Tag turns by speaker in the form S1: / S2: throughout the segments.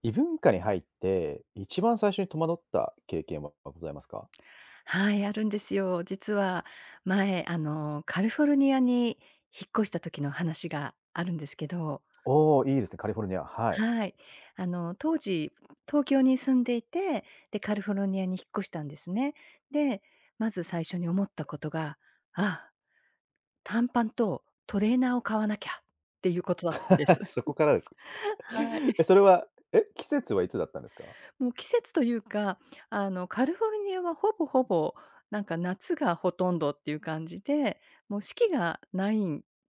S1: 異文化に入って、一番最初に戸惑った経験はございますか？
S2: はい、あるんですよ。実は前、カリフォルニアに引っ越した時の話があるんですけど、
S1: おおー、いいですね、カリフォルニア、はい。
S2: はい。当時、東京に住んでいて、で、カリフォルニアに引っ越したんですね。で、まず最初に思ったことが、あ、短パンとトレーナーを買わなきゃっていうことだったんで す。
S1: そこからですか。
S2: はい。
S1: え、それは、え、季節はいつだったんですか？
S2: もう季節というか、カリフォルニアはほぼほぼ、なんか夏がほとんどっていう感じで、もう四季がない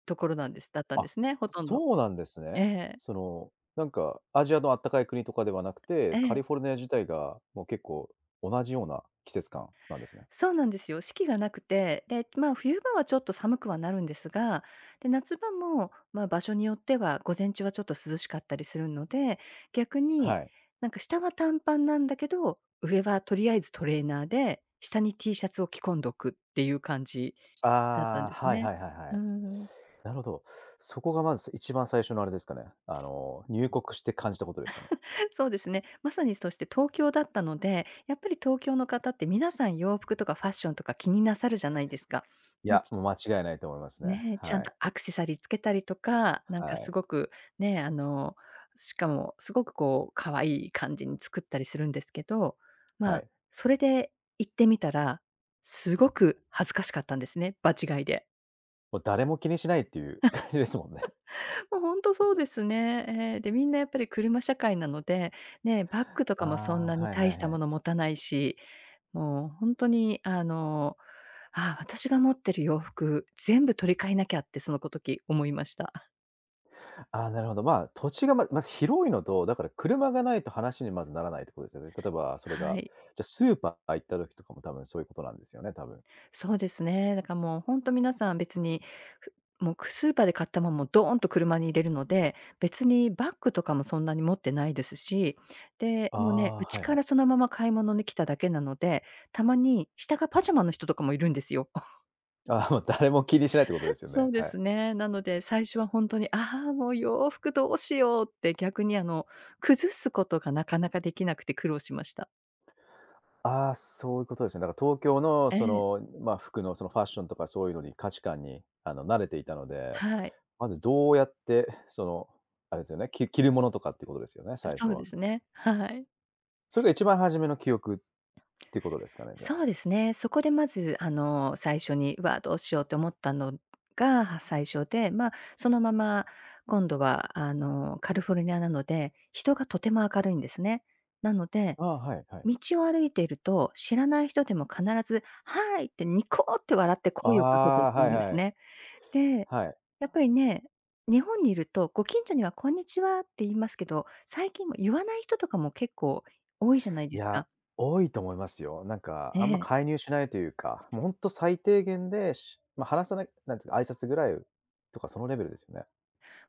S2: ところなんですだったんで
S1: あ、
S2: すね、ほとんど。
S1: そうなんです
S2: え
S1: ね。
S2: え、
S1: その、なんかアジアのあったかい国とかではなくて、
S2: え
S1: カリ
S2: え。
S1: フォルニア自体がもう結構同じような季節感なんですね。
S2: そうなんですよ。四季がなくて、で、まあ、冬場はちょっと寒くはなるんですが、で、夏場も、まあ、場所によっては午前中はちょっと涼しかったりするので、逆に、
S1: はい。
S2: なんか下は短パンなんだけど、上はとりあえずトレーナーで、下に T シャツを着込んどくっていう感じ。だったん
S1: ああ、
S2: です
S1: はいは
S2: ね。
S1: いはいは
S2: うー
S1: い。
S2: ん、
S1: なるほど。そこがまず一番最初のあれですかね、入国して感じたことですかね？
S2: そうですね。まさにそして東京だったので、やっぱり東京の方って皆さん洋服とかファッションとか気になさるじゃないですか。
S1: い
S2: ん、
S1: や、
S2: ち
S1: もう間違いないと思いますね。
S2: ね、ちゃ
S1: は
S2: んと
S1: い。
S2: アクセサリーつけたりとか、なん
S1: は
S2: かす
S1: い。
S2: ごくね、しかもすごくこう可愛い感じに作ったりするんですけど、ま
S1: は
S2: あ、
S1: い。
S2: それで行ってみたら、すごく恥ずかしかったんですね、場違いで。
S1: もう誰も気にしないっていう感じですもんね。
S2: もうほんとそうですね。ええ、で、みんなやっぱり車社会なので、ね、バッグと
S1: あ
S2: かもそ
S1: あ、
S2: んなに
S1: はいは
S2: 大し
S1: い
S2: た
S1: は
S2: も
S1: い。
S2: の持たないし、もうほんとに、ああ、私が持ってる洋服、全部取り替えなきゃってそのこ時思いました。
S1: ああ、なるほど。まあ、土地がまず広いのと、だから車がないと話にまずならないってことですよね。例えばそれ
S2: は
S1: が、
S2: い。
S1: じゃ、スーパー行った時とかも多分そういうことなんですよね、多分。
S2: そうですね。だからもう本当皆さん別に、ふもうスーパーで買ったもんドーンと車に入れるので、別にバッグとかもそんなに持ってないですし、で、
S1: あ
S2: もうね、
S1: あ、
S2: うち
S1: はい
S2: か
S1: はい。
S2: らそのまま買い物に来ただけなので、たまに下がパジャマの人とかもいるんですよ。
S1: ああ、もう誰も気にしないってことですよ
S2: そ
S1: ね。
S2: うで
S1: はい。
S2: すね。なので、最初は本当に、ああ、もう洋服どうしようって逆に、崩すことがなかなかできなくて苦労しました。
S1: ああ、そういうことですね。だから東京の
S2: え
S1: そ
S2: え、
S1: の、まあ、服のそのファッションとかそういうのに価値観に、慣れていたので、
S2: はい。
S1: まずどうやって、その、あれですよね、着るものとかってことですよね、最
S2: そ
S1: 初
S2: うで
S1: は。
S2: すね、はい。
S1: それが一番初めの記憶ってことですかね、じゃあ。
S2: そうですね。そこでまず、最初に、うわ、どうしようって思ったのが最初で、まあ、そのまま今度は、カリフォルニアなので、人がとても明るいんですね。なので、
S1: ああ、はいはい。
S2: 道を歩いていると、知らない人でも必ず、はいってニコって笑って
S1: あ
S2: 声をかけてい
S1: あ、
S2: く
S1: は
S2: ん
S1: い
S2: です
S1: はい。
S2: ね。で、
S1: はい。
S2: やっぱりね、日本にいると、ご近所にはこんにちはって言いますけど、最近も言わない人とかも結構多いじゃない
S1: い
S2: です
S1: や、
S2: か。
S1: 多いと思いますよ。なんか、あんま
S2: ね。え。
S1: 介入しないというか、もうほんと最低限で、話さないなんていうか、挨拶ぐらいとかそのレベルですよね。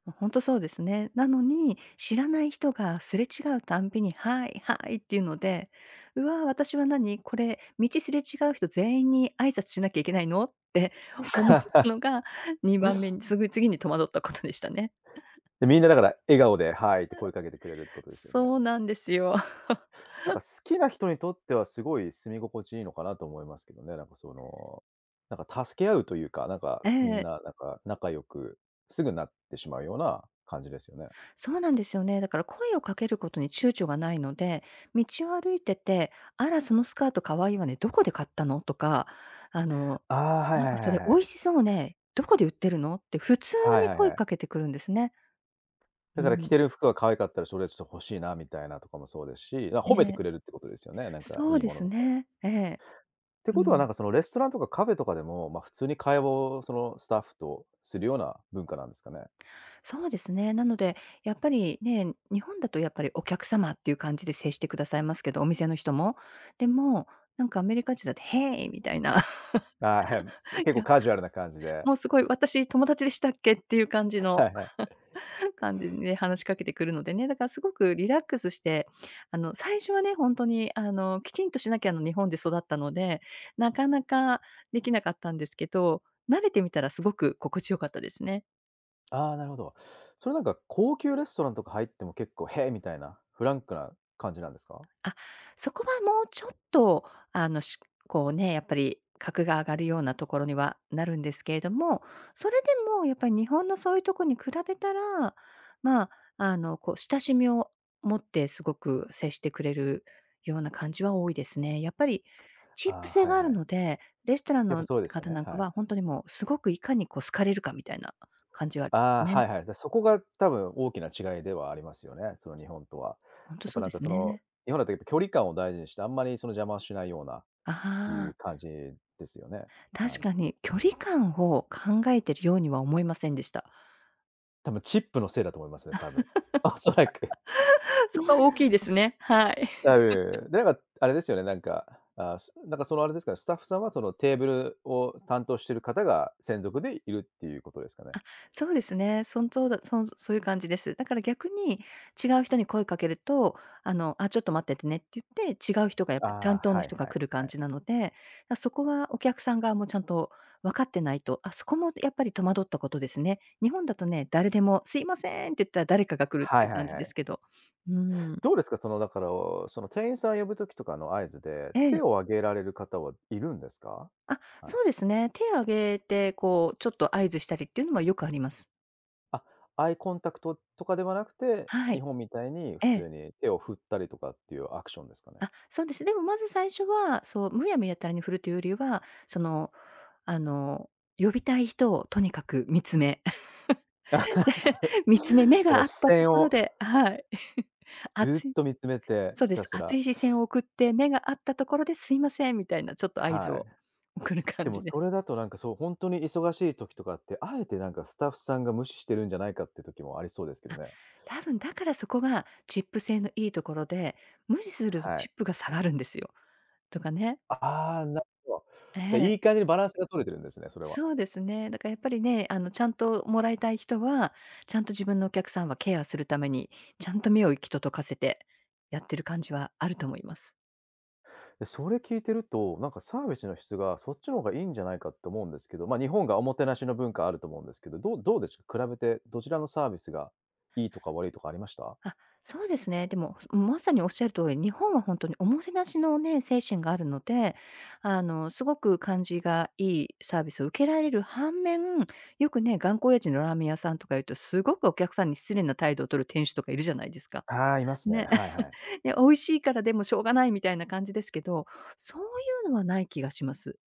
S2: 本当ほんとそうですね。なのに、知らない人がすれ違うたんびに、「はい、はい」っていうので、「うわ、私は何、これ、道すれ違う人全員に挨拶しなきゃいけないの？」って 思ったのが、2番目に、すぐ次に戸惑ったことでしたね。
S1: で、みんなだから笑顔で「はい」って声かけてくれるってことですよね。
S2: そうなんですよ。
S1: なんか好きな人にとってはすごい住み心地いいのかなと思いますけどね。なんかその、なんか助け合うというか、なんか
S2: え
S1: みん
S2: え。
S1: ななんか仲良くすぐなってしまうような感じですよね。
S2: そうなんですよね。だから声をかけることに躊躇がないので、道を歩いてて、「あら、そのスカート可愛いわね。どこで買ったの？」とか、あの
S1: ああ、はい
S2: なん
S1: は
S2: か
S1: いは
S2: それ
S1: いは
S2: 美
S1: い。
S2: 味しそうね、どこで売ってるの？って普通
S1: はい
S2: に
S1: はい
S2: 声
S1: は
S2: か
S1: い。
S2: けてくるんですね。
S1: だ
S2: う
S1: から着
S2: ん。
S1: てる服が可愛かったらそれちょっと欲しいなみたいなとかもそうですし、なんか褒
S2: え
S1: めてく
S2: え、
S1: れるってことですよね、なんか
S2: そ
S1: い
S2: う
S1: い
S2: で
S1: もの
S2: す
S1: とかを。
S2: ね。ええ。
S1: って
S2: う
S1: ことはな
S2: ん。
S1: んかそのレストランとかカフェとかでも、ま、普通に会話をそのスタッフとするような文化なんですかね？
S2: そうですね。なので、やっぱりね、日本だとやっぱりお客様っていう感じで接してくださいますけど、お店の人も。でも、なんかアメリカ人だってヘイ」みたいな、
S1: ああ、はい。結
S2: い
S1: 構
S2: や、
S1: カジュアルな感じで。
S2: もうすごい私友達でしたっけっていう感じ
S1: は
S2: の
S1: いはい。
S2: 感じで話しかけてくるのでね、だからすごくリラックスして、最初はね、ほんとに、きちんとしなきゃの日本で育ったので、なかなかできなかったんですけど、慣れてみたらすごく心地よかったですね。
S1: ああ、なるほど。それなんか高級レストランとか入っても結構、へえ、みたいなフランクな感じなんですか？
S2: あ、そこはもうちょっと、あの、しこうね、やっぱり格が上がるようなところにはなるんですけれども、それでもやっぱり日本のそういうとこに比べたら、まあ、こう親しみを持ってすごく接してくれるような感じは多いですね。やっぱりチープ
S1: ああ、
S2: 性
S1: はい
S2: がある
S1: はい。
S2: ので、レストラン
S1: やっぱ
S2: の
S1: そうですよ
S2: 方
S1: ね、
S2: なんか
S1: はい。
S2: はほんとにもうすごくいかにこう好かれるかみたいな感じはありま
S1: あ
S2: す
S1: あ、は
S2: ね。
S1: いはい。でそこが多分大きな違いではありますよね、その日本とは。
S2: ほんと
S1: やっぱ
S2: そう
S1: なん
S2: で
S1: か
S2: す
S1: その、
S2: ね。
S1: 日本だとやっぱ距離感を大事にして、あんまりその邪魔をしないようなっ
S2: あ、
S1: て
S2: は
S1: いう
S2: あ。
S1: 感じですよね。は
S2: 確
S1: い。
S2: かに、距離感を考えてるようには思いませんでした。
S1: 多分チップのせいだと思いますね、多分。おそらく。
S2: そこは大きいですね。はい。
S1: あ、いえいえ。で、なんか、あれですよね、なんか、なんか、その、あれですかね、スタッフさんは、その、テーブルを担当してる方が専属でいるっていうことですかね？
S2: そうですね。そんとうだそんそういう感じです。だから逆に違う人に声かけると、「あ、ちょっと待っててね」って言って、違う人がやっ
S1: あ
S2: ぱり
S1: あ、
S2: 担当の
S1: はい
S2: 人が
S1: はい
S2: 来る
S1: は
S2: 感
S1: い。
S2: じなので、だ、そこはお客さん側もちゃんと分かってないと、あ、そこもやっぱり戸惑ったことですね。日本だとね、誰でも「すいません」って言ったら誰かが来るっ
S1: は
S2: てい
S1: い
S2: う
S1: は
S2: 感
S1: い
S2: じ
S1: は
S2: で
S1: い。
S2: すけど。うん。
S1: どうですか？その、だから、その、店員さん呼ぶ時とかの合図で、
S2: え
S1: 手
S2: え。
S1: を挙げられる方はいるんですか？
S2: あ、
S1: はい。
S2: そうですね。手を挙げて、こう、ちょっと合図したりっていうのはよくあります。
S1: あ、アイコンタクトとかではなくて、
S2: は
S1: 日
S2: い。
S1: 本みたいに
S2: え
S1: 普
S2: え。
S1: 通に手を振ったりとかっていうアクションですかね？
S2: あ、そうです。でもまず最初は、そう、むやみやたらに振るというよりは、その、あの、呼びたい人をとにかく見つめ
S1: それ、
S2: 見つめ、目
S1: も
S2: が
S1: う
S2: 合
S1: 視
S2: ったと
S1: 線
S2: ころ
S1: を
S2: ではい。
S1: ず
S2: 熱
S1: っ
S2: い
S1: と見つめて、
S2: そう
S1: ひ
S2: です。
S1: たす
S2: 熱
S1: ら。
S2: い視線を送って、目が合ったところで、すいませんみたいなちょっと合
S1: は
S2: 図を
S1: い。
S2: 送る
S1: で
S2: 感
S1: も
S2: じで
S1: そ
S2: す。
S1: れだとなんかそう、本当に忙しい時とかって、あえてなんかスタッフさんが無視してるんじゃないかって時もありそうですけど
S2: あ、
S1: ね。
S2: 多分だからそこがチップ性のいいところで、無視すると
S1: は
S2: チ
S1: い。
S2: ップが下がるんですよ。とかね。
S1: ああ、なるほど。
S2: え
S1: だ、いい
S2: え、
S1: 感じにバランスが取れてるんですね、それは。
S2: そうですね。だからやっぱりね、あのちゃんともらいたい人は、ちゃんと自分のお客さんはケアするために、ちゃんと目を行き届かせてやってる感じはあると思います。
S1: で、それ聞いてると、なんかサービスの質がそっちの方がいいんじゃないかって思うんですけど、ま、日本がおもてなしの文化あると思うんですけど、どうですか？比べてどちらのサービスがいいとか悪いとかありました？
S2: あ、そうですね。でも、まさにおっしゃる通り、日本は本当におもてなしのね、精神があるので、すごく感じがいいサービスを受けられる反面、よくね、頑固親父のラーメン屋さんとか言うと、すごくお客さんに失礼な態度を取る店主とかいるじゃないですか。
S1: ああー、いますね。
S2: ね。
S1: はいはい。
S2: で、美味しいからでもしょうがないみたいな感じですけど、そういうのはない気がします。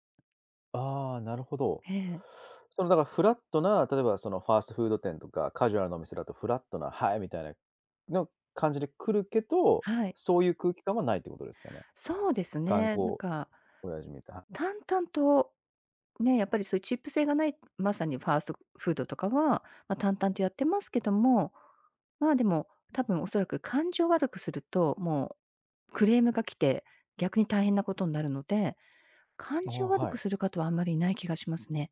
S1: ああ、なるほど。
S2: ええ。
S1: その、だからフラットな、例えばそのファーストフード店とか、カジュアルなお店だとフラットな、はい、みたいなの感じで来るけど、
S2: はい。
S1: そういう空気感はないってことですかね。
S2: そうです
S1: 頑
S2: ね。なん
S1: 固
S2: か、
S1: 親父みたいな。
S2: 淡々とね、やっぱりそういうチップ性がない、まさにファーストフードとかは、まあ、淡々とやってますけども、まあ、でも、多分おそらく感情悪くすると、もうクレームが来て、逆に大変なことになるので、感
S1: ああ、
S2: 情悪
S1: は
S2: く
S1: い。
S2: する方はあんまりいない気がしますね。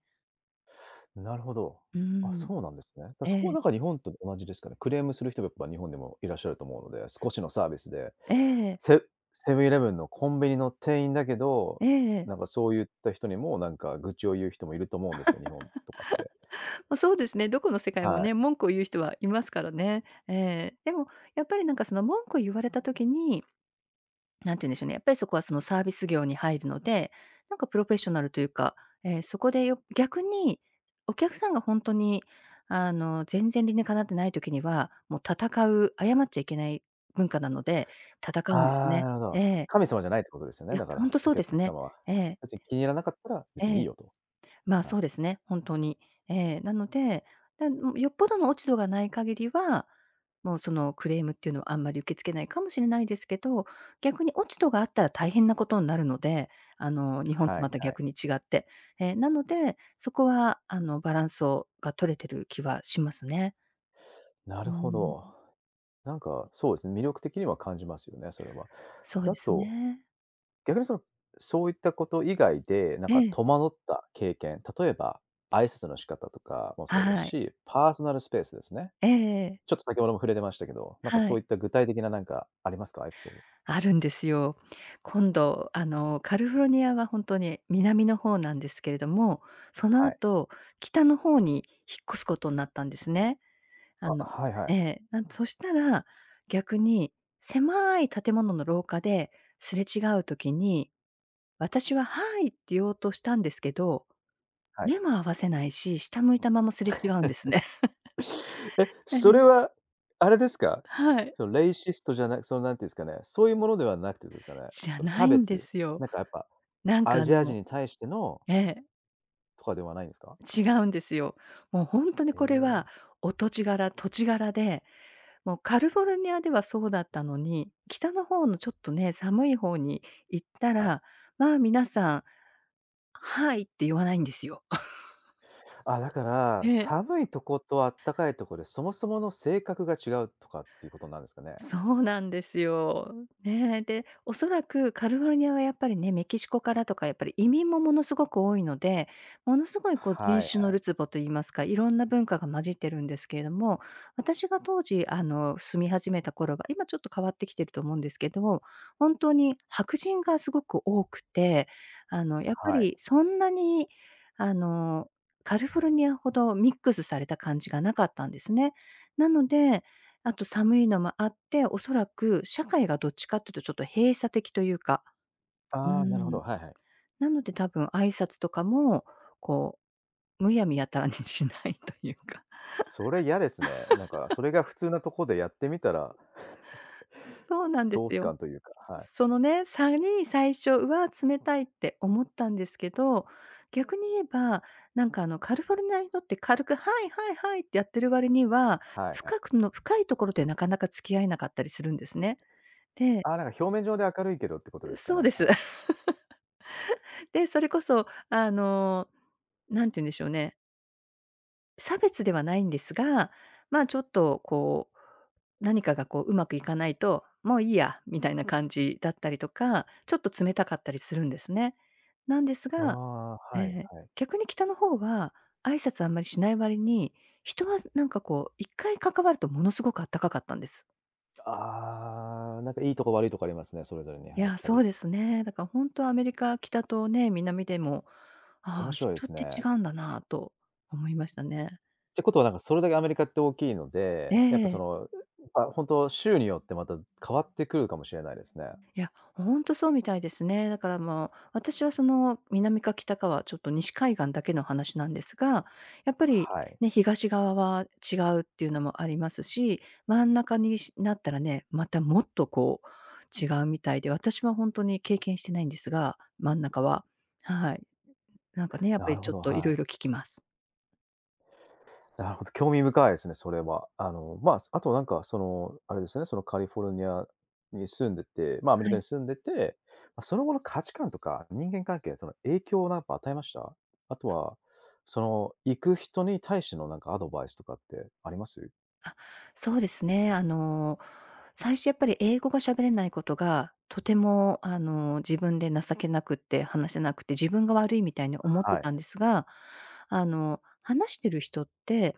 S1: なるほど。
S2: う
S1: あ、
S2: ん。
S1: そうなんですね。だから
S2: え
S1: そこは
S2: え。
S1: なんか日本と同じですかね。クレームする人がやっぱ日本でもいらっしゃると思うので、少しのサービスで、
S2: ええ。
S1: セセブンイレブンのコンビニの店員だけど、
S2: ええ。
S1: なんかそういった人にもなんか愚痴を言う人もいると思うんですよ、日本とかって。
S2: まあ、そうですね、どこの世界も
S1: は
S2: ね、
S1: い。
S2: 文句を言う人はいますからね。ええ。でもやっぱりなんかその文句を言われた時に、なんて言うんでしょうね、やっぱりそこはそのサービス業に入るので、なんかプロフェッショナルというか、そこで逆にお客さんが本当に、あの、全然理念かなってない時には、もう戦う、謝っちゃいけない文化なので、戦うんです
S1: ああ、な
S2: ね。
S1: るほど。
S2: ええ。
S1: 神様じゃないってことですよ
S2: い
S1: ね、
S2: や、
S1: だか
S2: 本
S1: ら、
S2: 当
S1: お
S2: そうで
S1: 客
S2: すね。
S1: 様は。
S2: ええ、
S1: 別に気に入らなかったら、
S2: え
S1: 別にいい
S2: え。
S1: よと。
S2: ま、あ、
S1: は
S2: そ
S1: い。
S2: うですね、本当に。なので、だよっぽどの落ち度がない限りは、もうそのクレームっていうのはあんまり受け付けないかもしれないですけど、逆に落ち度があったら大変なことになるので、あの、日本と
S1: は
S2: ま
S1: い
S2: た
S1: はい。
S2: 逆に違って。なので、そこはあの、バランスが取れてる気はしますね。
S1: な
S2: う
S1: るほ
S2: ん、
S1: ど。なんか、そうですね、魅力的には感じますよね、それは。
S2: そう
S1: で、
S2: で
S1: あ
S2: す
S1: と、
S2: ね。
S1: 逆にその、そういったこと以外で、なん
S2: え
S1: か
S2: え、
S1: 戸惑った経験、例えば、挨拶の仕方とかもそうです
S2: はい。
S1: し、パーソナルスペースですね。
S2: ええ、
S1: ちょっと先ほども触れてましたけど、なんか
S2: は
S1: そう
S2: い。
S1: いった具体的ななんかありますか？エピソード。
S2: あるんですよ。今度、あの、カリフォルニアは本当に南の方なんですけれども、その
S1: はい。
S2: 後、北の方に引っ越すことになったんですね。あ
S1: あ、
S2: の
S1: はいは
S2: え
S1: い。
S2: え、そしたら、逆に狭い建物の廊下ですれ違う時に、私は「はい」って言おうとしたんですけど、
S1: はい。
S2: 目も合わせないし、下向いたまますれ違うんですね。
S1: え、
S2: え
S1: それ
S2: え、
S1: は、あれですか？
S2: はい。
S1: そのレイシストじゃなくそのなんていうんですかね、そういうものではなくてですかね、
S2: じゃ
S1: その
S2: な
S1: 差
S2: いんで
S1: 別、
S2: すよ。
S1: なんかやっぱ
S2: なん
S1: ア
S2: か
S1: ジア人に対しての
S2: ええ。
S1: とかではないんですか？
S2: 違うんですよ。もう本当に
S1: へ
S2: これ
S1: え、
S2: は、お土地柄、土地柄で、もうカリフォルニアではそうだったのに、北の方のちょっとね、寒い方に行った
S1: はい。
S2: ら、まあ皆さん、「はい」って言わないんですよ。
S1: あ、だから、寒いとことあったかいとこで、そもそもの性格が違うとかっていうことなんですかね？
S2: そうなんですよ。ねえ、で、おそらくカリフォルニアはやっぱりね、メキシコからとかやっぱり移民もものすごく多いので、ものすごいこう
S1: は
S2: 人
S1: い
S2: 種
S1: は
S2: の
S1: い。
S2: るつぼといいますか、いろんな文化が混じってるんですけれども、私が当時あの住み始めた頃は、今ちょっと変わってきてると思うんですけど、本当に白人がすごく多くて、あのやっぱ
S1: はい。
S2: りそんなに、あの、カリフォルニアほどミックスされた感じがなかったんですね。なので、あと寒いのもあって、おそらく社会がどっちかっていうとちょっと閉鎖的というか、うー
S1: ああ、なるほ
S2: ん。
S1: ど、はいはい。
S2: なので多分挨拶とかも、こう、むやみやたらに しないというか。
S1: それ嫌ですね。なんかそれが普通なとこでやってみたら、
S2: そうなんで
S1: ソー
S2: す
S1: ス
S2: よ。
S1: 感というか、はい。
S2: そのね、差に最初は冷たいって思ったんですけど、逆に言えば、なんかあのカリフォルニアの人って軽く「はいはいはい」ってやってる割には、
S1: はいは
S2: 深
S1: い。
S2: く深いところでなかなか付き合えなかったりするんですね。で
S1: ああ、なんか表面上で明るいけどってことですか
S2: そ
S1: ね？
S2: う
S1: は
S2: です。
S1: い。
S2: で、それこそあの、なんて言うんでしょうね、差別ではないんですが、ま、ちょっとこう、何かがこううまくいかないと、もういいやみたいな感じだったりとか、ちょっと冷たかったりするんですね。なんです
S1: あ
S2: が、
S1: あ、は
S2: え
S1: い
S2: え、
S1: はい。
S2: 逆に北の方は、挨拶あんまりしない割に、人はなんかこう一回関わるとものすごくあったかかったんです。
S1: ああ、なんかいいとこ悪いとこありますね、それぞれに、は
S2: い
S1: やっ
S2: や、
S1: ぱ
S2: そ
S1: り。
S2: うですね。だから本当アメリカ、北とね、南でも、
S1: 面
S2: ああ、
S1: 白いで
S2: 人っ
S1: す
S2: て違
S1: ね。
S2: うんだなぁと思いましたね。
S1: ってことはなんかそれだけアメリカって大きいの
S2: え
S1: で、やっぱそ
S2: え。
S1: の、あ、本当州によってまた変わってくるかもしれないですね。
S2: いや、ほんとそうみたいですね。だからもう、私はその南か北かはちょっと西海岸だけの話なんですが、やっぱり
S1: はい。
S2: ね、東側は違うっていうのもありますし、真ん中にったらね、またもっとこう違うみたいで、私はほんとに経験してないんですが、真ん中は。はい。なんかね、やっぱ
S1: な
S2: り
S1: るほ
S2: ちょっ
S1: ど、
S2: と
S1: は
S2: 色
S1: い。
S2: 々聞きます。
S1: なるほど、興味深いですね、それは。まあ、あとなんかその、あれですね、そのカリフォルニアに住んでて、まあ、アメリ
S2: は
S1: カに
S2: い。
S1: 住んでて、ま、その後の価値観とか人間関係、その影響をなんか与えました？あとは、その、行く人に対してのなんかアドバイスとかってあります？
S2: あ、そうですね。あの、最初やっぱり英語が喋れないことが、とてもあの、自分で情けなくって話せなくて、自分が悪いみたいに思っ
S1: は
S2: て
S1: い。
S2: たんですが、あの、話してる人って、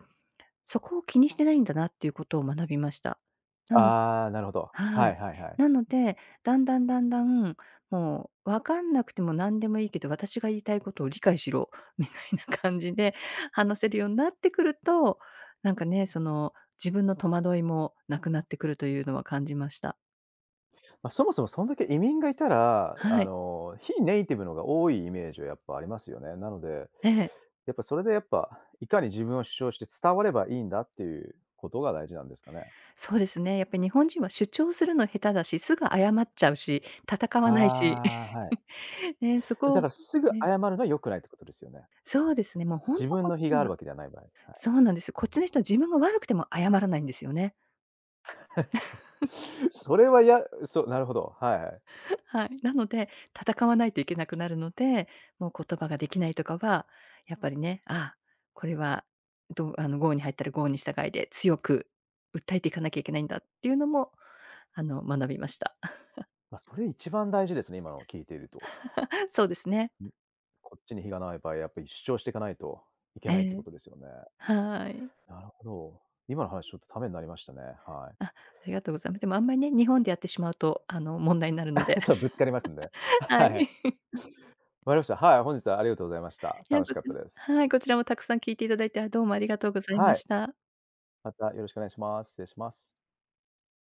S2: そこを気にしてないんだなっていうことを学びました。なの
S1: ああ、なるほど。
S2: は
S1: は
S2: い。
S1: いはいはい。
S2: なので、だんだん、もう分かんなくても何でもいいけど、私が言いたいことを理解しろな感じで話せるようになってくると、なんかね、その、自分の戸惑いもなくなってくるというのは感じました。
S1: まあ、そもそもそんだけ移民がいたら、
S2: はい。
S1: 非ネイティブのが多いイメージはやっぱありますよね。なので、
S2: ええ。
S1: やっぱそれでやっぱ、いかに自分を主張して伝わればいいんだっていうことが大事なんですかね。
S2: そうですね。やっぱり日本人は主張するの下手だし、すぐ謝っちゃうし、戦
S1: あ
S2: わないし。
S1: あ、はい。
S2: ね、そ
S1: だ
S2: こ
S1: か
S2: を
S1: らすぐ
S2: ね
S1: 謝るのは良くないってことですよね。
S2: そうですね、もう本
S1: 自
S2: 当
S1: 分
S2: こ
S1: の
S2: っ
S1: 非
S2: ち
S1: がある
S2: は、
S1: わけではない場合。は
S2: そうなんです。こっちの人は自分が悪くても謝らないんですよね。
S1: い。そそれはやそう、なるほど、はいはい。
S2: はい。なので、戦わないといけなくなるので、もう言葉ができないとかは、やっぱりね、ああ、これは、どう、あの、郷に入ったら郷に従いで強く訴えていかなきゃいけないんだっていうのも、あの、学びました。
S1: まあ、それ一番大事ですね、今のを聞いていると。
S2: そうですね。
S1: ん、こっちに非がない場合、やっぱり主張していかないといけ
S2: え
S1: ないってこ
S2: え、
S1: とですよね。
S2: はい。
S1: なるほど。今の話ちょっとためになりましたね。は
S2: あ、ありがとうございます。でもあんまりね、日本でやってしまうと、あの、問題になるので。
S1: い。そう、ぶつかりますんで。
S2: は
S1: は
S2: い。
S1: い。わかりました。はい、本日はありがとうございました。
S2: いや、
S1: 楽し
S2: こ
S1: かっ
S2: ち
S1: た
S2: ら
S1: です。
S2: はい、こちらもたくさん聞いていただいて、あ、どうもありがとうございま
S1: はい。
S2: した。
S1: またよろしくお願いします。失礼します。